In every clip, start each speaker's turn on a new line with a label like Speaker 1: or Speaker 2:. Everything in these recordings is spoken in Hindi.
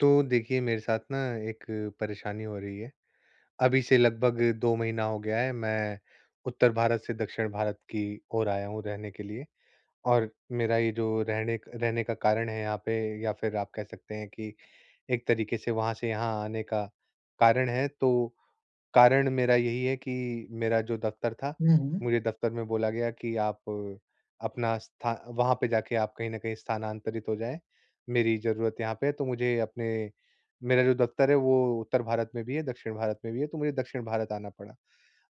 Speaker 1: तो देखिए मेरे साथ ना एक परेशानी हो रही है। अभी से लगभग 2 महीना हो गया है, मैं उत्तर भारत से दक्षिण भारत की ओर आया हूँ रहने के लिए। और मेरा ये जो रहने का कारण है यहाँ पे, या फिर आप कह सकते हैं कि एक तरीके से वहाँ से यहाँ आने का कारण है, तो कारण मेरा यही है कि मेरा जो दफ़्तर था,
Speaker 2: हुँ, हुँ।
Speaker 1: मुझे दफ़्तर में बोला गया कि आप अपना स्था वहाँ पे जाके आप कहीं न कहीं स्थानांतरित हो जाएँ, मेरी ज़रूरत यहाँ पे है। तो मुझे अपने मेरा जो दफ़्तर है वो उत्तर भारत में भी है, दक्षिण भारत में भी है, तो मुझे दक्षिण भारत आना पड़ा।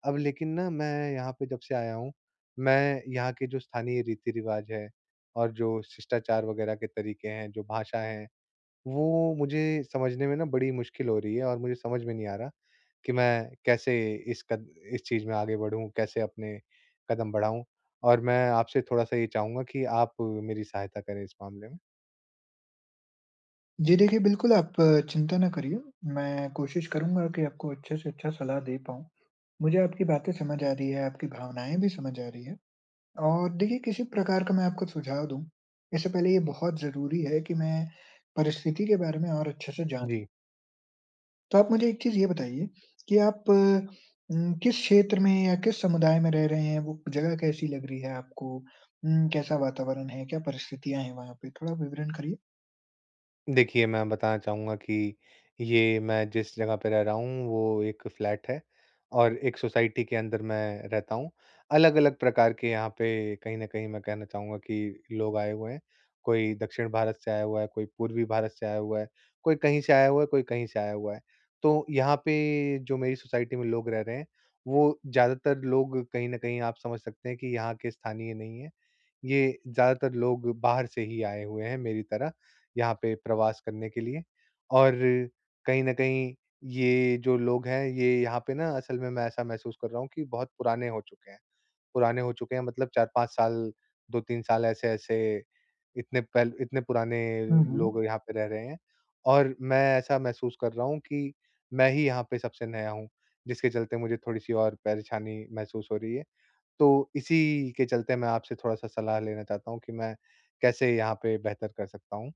Speaker 1: अब लेकिन ना मैं यहाँ पे जब से आया हूँ, मैं यहाँ के जो स्थानीय रीति-रिवाज़ है और जो शिष्टाचार वग़ैरह के तरीके हैं, जो भाषा है, वो मुझे समझने में ना बड़ी मुश्किल हो रही है। और मुझे समझ में नहीं आ रहा कि मैं कैसे इस कद इस चीज़ में आगे बढ़ूँ, कैसे अपने कदम बढ़ाऊँ? और मैं आपसे थोड़ा-सा ये चाहूँगा कि आप मेरी सहायता करें इस मामले में।
Speaker 2: जी देखिए, बिल्कुल आप चिंता ना करिए। मैं कोशिश करूँगा कि आपको अच्छे से अच्छा सलाह दे पाऊँ। मुझे आपकी बातें समझ आ रही है, आपकी भावनाएँ भी समझ आ रही है। और देखिए किसी प्रकार का मैं आपको सुझाव दूँ, इससे पहले ये बहुत ज़रूरी है कि मैं परिस्थिति के बारे में और अच्छे से जान
Speaker 1: जी।
Speaker 2: लूँ। तो आप मुझे एक चीज़ ये बताइए कि आप किस क्षेत्र में या किस समुदाय में रह रहे हैं? वो जगह कैसी लग रही है आपको? कैसा वातावरण है? क्या परिस्थितियाँ हैं वहाँ पे? थोड़ा विवरण करिए।
Speaker 1: देखिए, मैं बताना चाहूँगा कि ये मैं जिस जगह पे रह रहा हूँ, वो एक फ्लैट है और एक सोसाइटी के अंदर मैं रहता हूँ। अलग-अलग प्रकार के यहाँ पे कहीं न कहीं मैं कहना चाहूँगा कि लोग आए हुए हैं। कोई दक्षिण भारत से आया हुआ है, कोई पूर्वी भारत से आया हुआ है, कोई कहीं से आया हुआ है, कोई कहीं से आया हुआ है। तो यहाँ पे जो मेरी सोसाइटी में लोग रह रहे हैं, वो ज़्यादातर लोग कहीं न कहीं आप समझ सकते हैं कि यहाँ के स्थानीय नहीं हैं। ये ज़्यादातर लोग बाहर से ही आए हुए हैं मेरी तरह यहाँ पे प्रवास करने के लिए, और कहीं न कहीं ये जो लोग हैं, ये यहाँ पे ना असल में मैं ऐसा महसूस कर रहा हूँ कि बहुत पुराने हो चुके हैं। पुराने हो चुके हैं मतलब 4-5 साल, 2-3 साल, ऐसे-ऐसे इतने पुराने
Speaker 2: हुँ, हुँ।
Speaker 1: लोग यहाँ पे रह रहे हैं। और मैं ऐसा महसूस कर रहा हूँ कि मैं ही यहाँ पे सबसे नया हूँ, जिसके चलते मुझे थोड़ी-सी और परेशानी महसूस हो रही है। तो इसी के चलते मैं आपसे थोड़ा-सा सलाह लेना चाहता हूँ कि मैं कैसे यहाँ पे बेहतर कर सकता हूँ?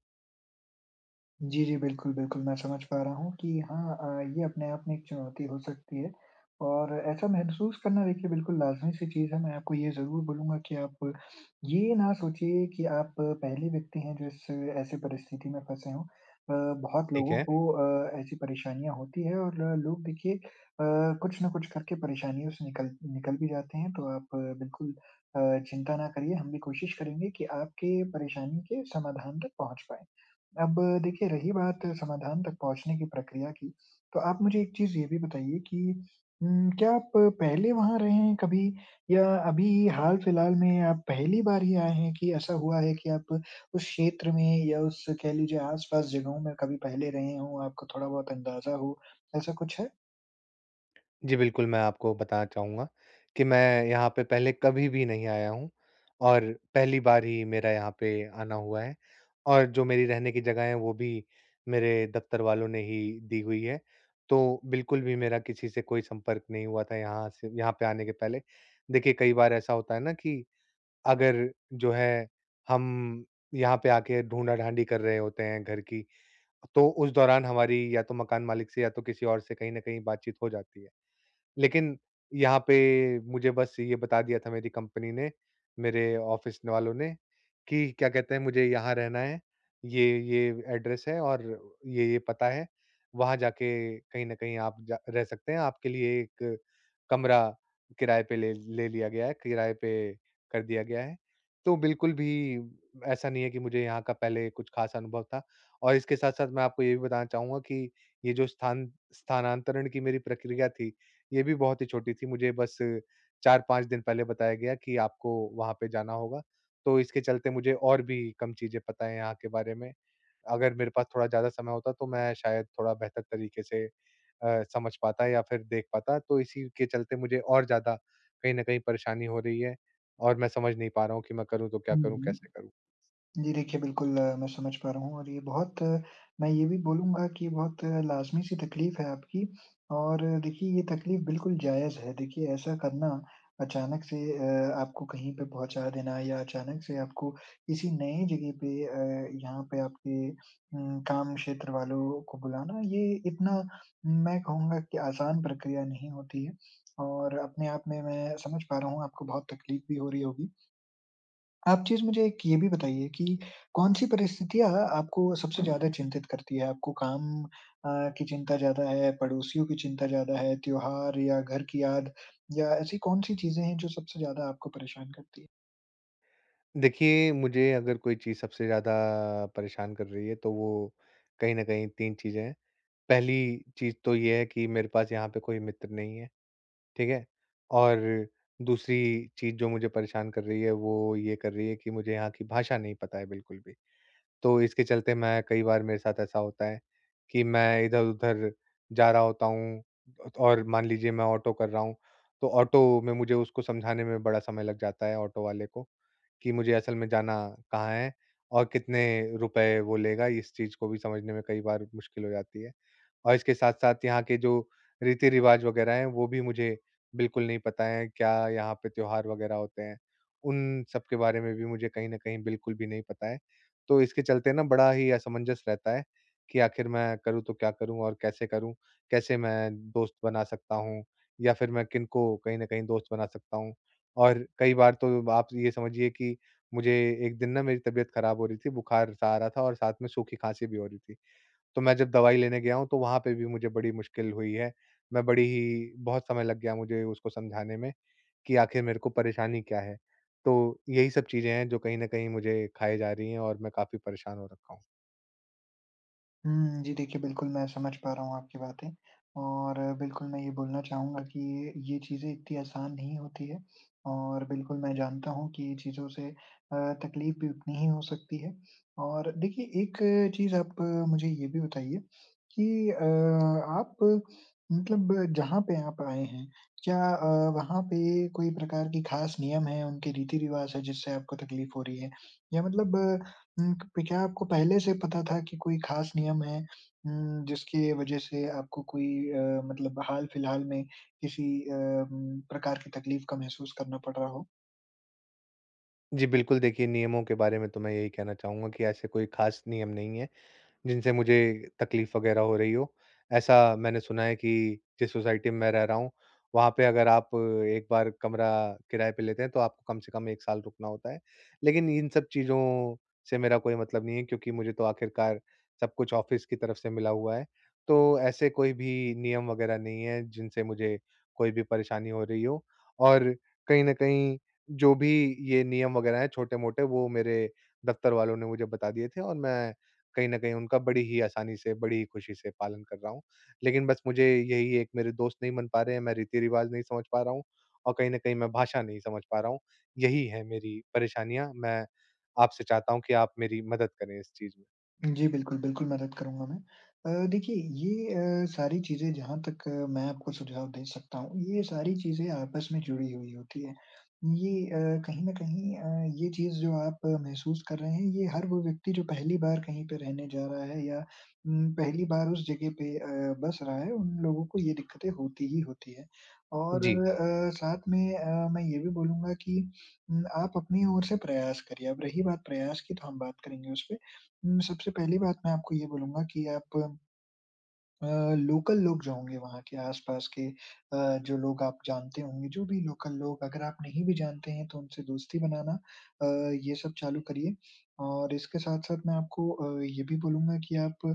Speaker 2: जी, जी। बिल्कुल, बिल्कुल, मैं समझ पा रहा हूँ कि हाँ ये अपने आप में एक चुनौती हो सकती है और ऐसा महसूस करना देखिए बिल्कुल लाज़मी सी चीज़ है। मैं आपको ये ज़रूर बोलूँगा कि आप ये ना सोचिए कि आप पहले व्यक्ति हैं जो इस ऐसी परिस्थिति में फँसे हों। बहुत
Speaker 1: ठीक
Speaker 2: लोगों
Speaker 1: है।
Speaker 2: को ऐसी परेशानियाँ होती हैं और लोग देखिए कुछ न कुछ करके परेशानियों से निकल निकल भी जाते हैं। तो आप बिल्कुल अ, चिंता ना करिए, हम भी कोशिश करेंगे कि आपके परेशानी के समाधान तक पहुँच पाएँ। अब देखिए रही बात समाधान तक पहुँचने की प्रक्रिया की, तो आप मुझे एक चीज़ ये भी बताइए कि क्या आप पहले वहाँ रहे हैं कभी या अभी हाल-फिलहाल में आप पहली बार ही आए हैं कि ऐसा हुआ है कि आप उस क्षेत्र में या उस कह लीजिए आस-पास जगहों में कभी पहले रहे हों, आपको थोड़ा बहुत अंदाज़ा हो, ऐसा कुछ है?
Speaker 1: जी, बिल्कुल, मैं आपको बताना चाहूँगा कि मैं यहाँ पे पहले कभी भी नहीं आया हूँ और पहली बार ही मेरा यहाँ पे आना हुआ है। और जो मेरी रहने की जगह है, वो भी मेरे दफ़्तर वालों ने ही दी हुई है। तो बिल्कुल भी मेरा किसी से कोई संपर्क नहीं हुआ था यहाँ से यहाँ पे आने के पहले। देखिए, कई बार ऐसा होता है ना कि अगर जो है हम यहाँ पे आके ढूँढा-ढाँडी कर रहे होते हैं घर की, तो उस दौरान हमारी या तो मकान मालिक से या तो किसी और से कहीं न कहीं बातचीत हो जाती है। लेकिन यहाँ पे मुझे बस ये बता दिया था मेरी कंपनी ने, मेरे ऑफ़िस वालों ने, कि क्या कहते हैं, मुझे यहाँ रहना है, ये एड्रेस है और ये पता है, वहाँ जाके कहीं न कहीं आप जा रह सकते हैं, आपके लिए एक कमरा किराए पे ले ले लिया गया है, किराए पे कर दिया गया है। तो बिल्कुल भी ऐसा नहीं है कि मुझे यहाँ का पहले कुछ ख़ास अनुभव था। और इसके साथ-साथ मैं आपको ये भी बताना चाहूँगा कि ये जो स्थानांतरण की मेरी प्रक्रिया थी, ये भी बहुत ही छोटी थी, मुझे बस 4-5 दिन पहले बताया गया कि आपको वहाँ पे जाना होगा। तो इसके चलते मुझे और भी कम चीज़ें पता हैं यहाँ के बारे में। अगर मेरे पास थोड़ा ज़्यादा समय होता तो मैं शायद थोड़ा बेहतर तरीके से समझ पाता या फिर देख पाता, तो इसी के चलते मुझे और ज़्यादा कहीं न कहीं परेशानी हो रही है और मैं समझ नहीं पा रहा हूँ कि मैं करूँ तो क्या
Speaker 2: हुँ,
Speaker 1: करूँ,
Speaker 2: हुँ।
Speaker 1: कैसे करूँ?
Speaker 2: जी, देखिए बिल्कुल मैं समझ पा रहा हूँ और ये बहुत मैं ये भी बोलूँगा कि बहुत लाज़मी-सी तकलीफ़ है आपकी और देखिए ये तकलीफ़ बिल्कुल जायज़ है। देखिए ऐसा करना अचानक से आपको कहीं पे पहुँचा देना या अचानक से आपको किसी नई जगह पे यहाँ पे आपके काम क्षेत्र वालों को बुलाना ये इतना मैं कहूँगा कि आसान प्रक्रिया नहीं होती है और अपने आप में मैं समझ पा रहा हूँ आपको बहुत तकलीफ़ भी हो रही होगी। आप चीज़ मुझे एक ये भी बताइए कि कौन-सी परिस्थितियाँ आपको सबसे ज़्यादा चिंतित करती है? आपको काम की चिंता ज़्यादा है, पड़ोसियों की चिंता ज़्यादा है, त्योहार या घर की याद या ऐसी कौन-सी चीज़ें हैं जो सबसे ज़्यादा आपको परेशान करती है?
Speaker 1: देखिए, मुझे अगर कोई चीज़ सबसे ज़्यादा परेशान कर रही है, तो वो कहीं न कहीं 3 चीज़ें हैं। पहली चीज़ तो ये है कि मेरे पास यहाँ पे कोई मित्र नहीं है, ठीक है? और दूसरी चीज़ जो मुझे परेशान कर रही है, वो ये कर रही है कि मुझे यहाँ की भाषा नहीं पता है बिल्कुल भी। तो इसके चलते मैं कई बार, मेरे साथ ऐसा होता है कि मैं इधर-उधर जा रहा होता हूँ और मान लीजिए मैं ऑटो कर रहा हूँ, तो ऑटो में मुझे उसको समझाने में बड़ा समय लग जाता है ऑटो वाले को, कि मुझे असल में जाना कहाँ है और कितने रुपए वो लेगा, इस चीज़ को भी समझने में कई बार मुश्किल हो जाती है। और इसके साथ-साथ यहाँ के जो रीति-रिवाज वगैरह हैं, वो भी मुझे बिल्कुल नहीं पता है, क्या यहाँ पे त्योहार वगैरह होते हैं, उन सब के बारे में भी मुझे कहीं न कहीं बिल्कुल भी नहीं पता है। तो इसके चलते ना बड़ा ही असमंजस रहता है कि आखिर मैं करूँ तो क्या करूँ और कैसे करूँ? कैसे मैं दोस्त बना सकता हूँ या फिर मैं किनको कहीं न कहीं दोस्त बना सकता हूँ? और कई बार तो आप ये समझिए कि मुझे एक दिन ना मेरी तबीयत ख़राब हो रही थी, बुखार-सा आ रहा था और साथ में सूखी खाँसी भी हो रही थी। तो मैं जब दवाई लेने गया हूँ, तो वहाँ पे भी मुझे बड़ी मुश्किल हुई है। मैं बड़ी ही बहुत समय लग गया मुझे उसको समझाने में कि आखिर मेरे को परेशानी क्या है? तो यही सब चीज़ें हैं जो कहीं न कहीं मुझे खाए जा रही हैं और मैं काफ़ी परेशान हो रखा हूँ।
Speaker 2: हुँ, जी देखिए, बिल्कुल मैं समझ पा रहा हूँ आपकी बातें और बिल्कुल मैं ये बोलना चाहूँगा कि ये चीज़ें इतनी आसान नहीं होती है और बिल्कुल मैं जानता हूँ कि ये चीज़ों से तकलीफ़ भी उतनी ही हो सकती है और देखिए एक चीज़ आप मुझे ये भी बताइए कि आप मतलब जहाँ पे आप आए हैं, क्या वहाँ पे कोई प्रकार की ख़ास नियम है, उनके रीति-रिवाज़ है जिससे आपको तकलीफ़ हो रही है? या मतलब हुँ, क क्या आपको पहले से पता था कि कोई ख़ास नियम है जिसकी वज़ह से आपको कोई मतलब हाल-फिलहाल में किसी प्रकार की तकलीफ़ का महसूस करना पड़ रहा हो?
Speaker 1: जी बिल्कुल, देखिए, नियमों के बारे में तो मैं यही कहना चाहूँगा कि ऐसे कोई ख़ास नियम नहीं है जिनसे मुझे तकलीफ वगैरह हो रही हो। ऐसा मैंने सुना है कि जिस सोसाइटी में मैं रह रहा हूँ, वहाँ पे अगर आप एक बार कमरा किराए पे लेते हैं तो आपको कम से कम 1 साल रुकना होता है। लेकिन इन सब चीज़ों से मेरा कोई मतलब नहीं है क्योंकि मुझे तो आखिरकार सब कुछ ऑफ़िस की तरफ से मिला हुआ है। तो ऐसे कोई भी नियम वगैरह नहीं है जिनसे मुझे कोई भी परेशानी हो रही हो, और कहीं न कहीं जो भी ये नियम वगैरह हैं छोटे-मोटे, वो मेरे दफ़्तर वालों ने मुझे बता दिए थे और मैं कहीं न कहीं उनका बड़ी ही आसानी से, बड़ी ही खुशी से पालन कर रहा हूँ। लेकिन बस मुझे यही एक, मेरे दोस्त नहीं बन पा रहे हैं, मैं रीति-रिवाज़ नहीं समझ पा रहा हूँ और कहीं न कहीं मैं भाषा नहीं समझ पा रहा हूँ। यही है मेरी परेशानियाँ, मैं आपसे चाहता हूँ कि आप मेरी मदद करें इस चीज़ में।
Speaker 2: जी, बिल्कुल, बिल्कुल मदद करूँगा मैं। देखिए ये सारी चीज़ें जहाँ तक मैं आपको सुझाव दे सकता हूँ, ये सारी चीज़ें आपस में जुड़ी हुई होती हैं। ये कहीं न कहीं ये चीज़ जो आप महसूस कर रहे हैं, ये हर वो व्यक्ति जो पहली बार कहीं पे रहने जा रहा है या पहली बार उस जगह पे बस रहा है, उन लोगों को ये दिक्कतें होती ही होती हैं। और
Speaker 1: जी,
Speaker 2: साथ में मैं ये भी बोलूँगा कि आप अपनी ओर से प्रयास करिए। अब रही बात प्रयास की, तो हम बात करेंगे उसपे। सबसे पहली बात मैं आपको ये बोलूँगा कि आप अ, लोकल लोग जो होंगे वहाँ के आस-पास के जो लोग आप जानते होंगे, जो भी लोकल लोग अगर आप नहीं भी जानते हैं तो उनसे दोस्ती बनाना अ, ये सब चालू करिए। और इसके साथ-साथ मैं आपको ये भी बोलूँगा कि आप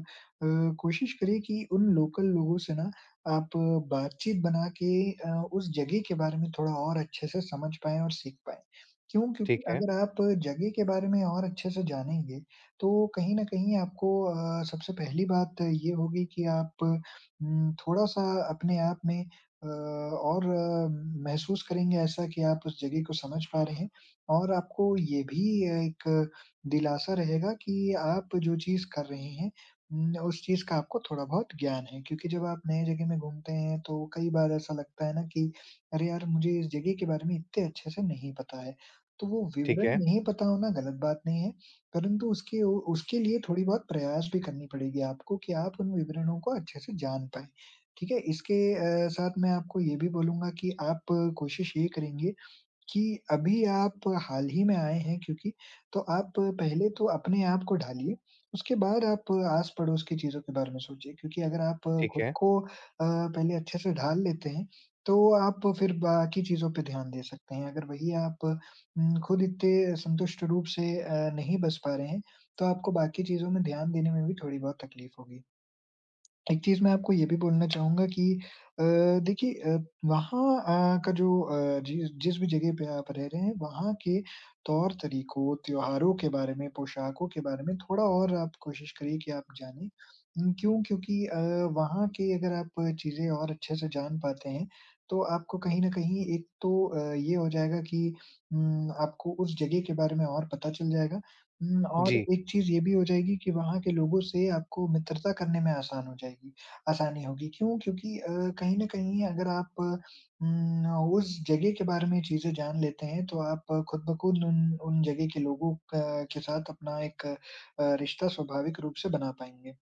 Speaker 2: कोशिश करिए कि उन लोकल लोगों से ना आप बातचीत बना के उस जगह के बारे में थोड़ा और अच्छे से समझ पाएँ और सीख पाएँ। क्यों? क्योंकि
Speaker 1: ठीक है,
Speaker 2: अगर आप जगह के बारे में और अच्छे से जानेंगे तो कहीं न कहीं आपको सबसे पहली बात ये होगी कि आप थोड़ा-सा अपने आप में और महसूस करेंगे ऐसा कि आप उस जगह को समझ पा रहे हैं और आपको ये भी एक दिलासा रहेगा कि आप जो चीज़ कर रहे हैं उस चीज़ का आपको थोड़ा बहुत ज्ञान है। क्योंकि जब आप नए जगह में घूमते हैं तो कई बार ऐसा लगता है ना कि अरे यार! मुझे इस जगह के बारे में इतने अच्छे से नहीं पता है। तो वो
Speaker 1: ठीक
Speaker 2: विवरण
Speaker 1: है,
Speaker 2: नहीं पता होना गलत बात नहीं है। परंतु उसके उ उसके लिए थोड़ी बहुत प्रयास भी करनी पड़ेगी आपको कि आप उन विवरणों को अच्छे से जान पाएँ, ठीक है? इसके साथ मैं आपको ये भी बोलूँगा कि आप कोशिश ये करेंगे कि अभी आप हाल ही में आए हैं क्योंकि, तो आप पहले तो अपने आप को ढालिए, उसके बाद आप आस-पड़ोस की चीज़ों के बारे में सोचिए क्योंकि अगर आप
Speaker 1: ठीक
Speaker 2: खुद
Speaker 1: है।
Speaker 2: को पहले अच्छे से ढाल लेते हैं, तो आप फिर बाकी चीज़ों पे ध्यान दे सकते हैं। अगर वही आप खुद इतने संतुष्ट रूप से नहीं बच पा रहे हैं, तो आपको बाकी चीज़ों में ध्यान देने में भी थोड़ी बहुत तकलीफ होगी। एक चीज़ मैं आपको ये भी बोलना चाहूँगा कि अ, देखिए वहाँ का जो जिस जिस भी जगह पे आप रह रहे हैं, वहाँ के तौर-तरीकों, त्योहारों के बारे में, पोशाकों के बारे में थोड़ा और आप कोशिश करिए कि आप जानें। क्यों? क्योंकि वहाँ की अगर आप चीज़ें और अच्छे से जान पाते हैं, तो आपको कहीं न कहीं एक तो ये हो जाएगा कि आपको उस जगह के बारे में और पता चल जाएगा हुँ, और
Speaker 1: जी।
Speaker 2: एक चीज़ ये भी हो जाएगी कि वहाँ के लोगों से आपको मित्रता करने में आसान हो जाएगी आसानी होगी। क्यों? क्योंकि कहीं न कहीं अगर आप उम, उस जगह के बारे में चीज़ें जान लेते हैं, तो आप खुद ब खुद उन उन जगह के लोगों क के साथ अपना एक रिश्ता स्वाभाविक रूप से बना पाएँगे।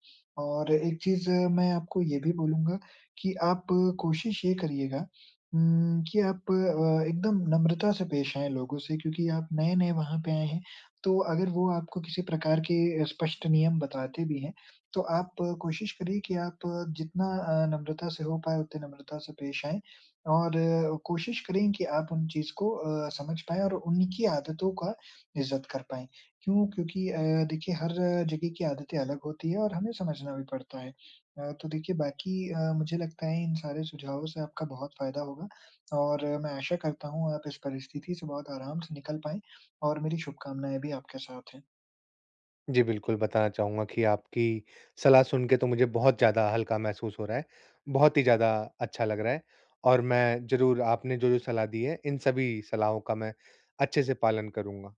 Speaker 2: और एक चीज़ मैं आपको ये भी बोलूँगा कि आप कोशिश ये करिएगा कि आप एकदम नम्रता से पेश आएँ लोगों से क्योंकि आप नए-नए वहाँ पे आए हैं। तो अगर वो आपको किसी प्रकार के स्पष्ट नियम बताते भी हैं, तो आप कोशिश करिए कि आप जितना नम्रता से हो पाए उतने नम्रता से पेश आएँ और कोशिश करें कि आप उन चीज़ को समझ पाएँ और उन्हीं की आदतों का इज़्ज़त कर पाएँ। क्यों? क्योंकि देखिए हर जगह की आदतें अलग होती हैं और हमें समझना भी पड़ता है। तो देखिए बाकी मुझे लगता है इन सारे सुझावों से आपका बहुत फ़ायदा होगा और मैं आशा करता हूँ आप इस परिस्थिति से बहुत आराम से निकल पाएँ। और मेरी शुभकामनाएँ भी आपके साथ हैं।
Speaker 1: जी, बिल्कुल, बताना चाहूँगा कि आपकी सलाह सुन के तो मुझे बहुत ज़्यादा हल्का महसूस हो रहा है, बहुत ही ज़्यादा अच्छा लग रहा है और मैं ज़रूर आपने जो-जो सलाह दी है, इन सभी सलाहों का मैं अच्छे से पालन करूँगा।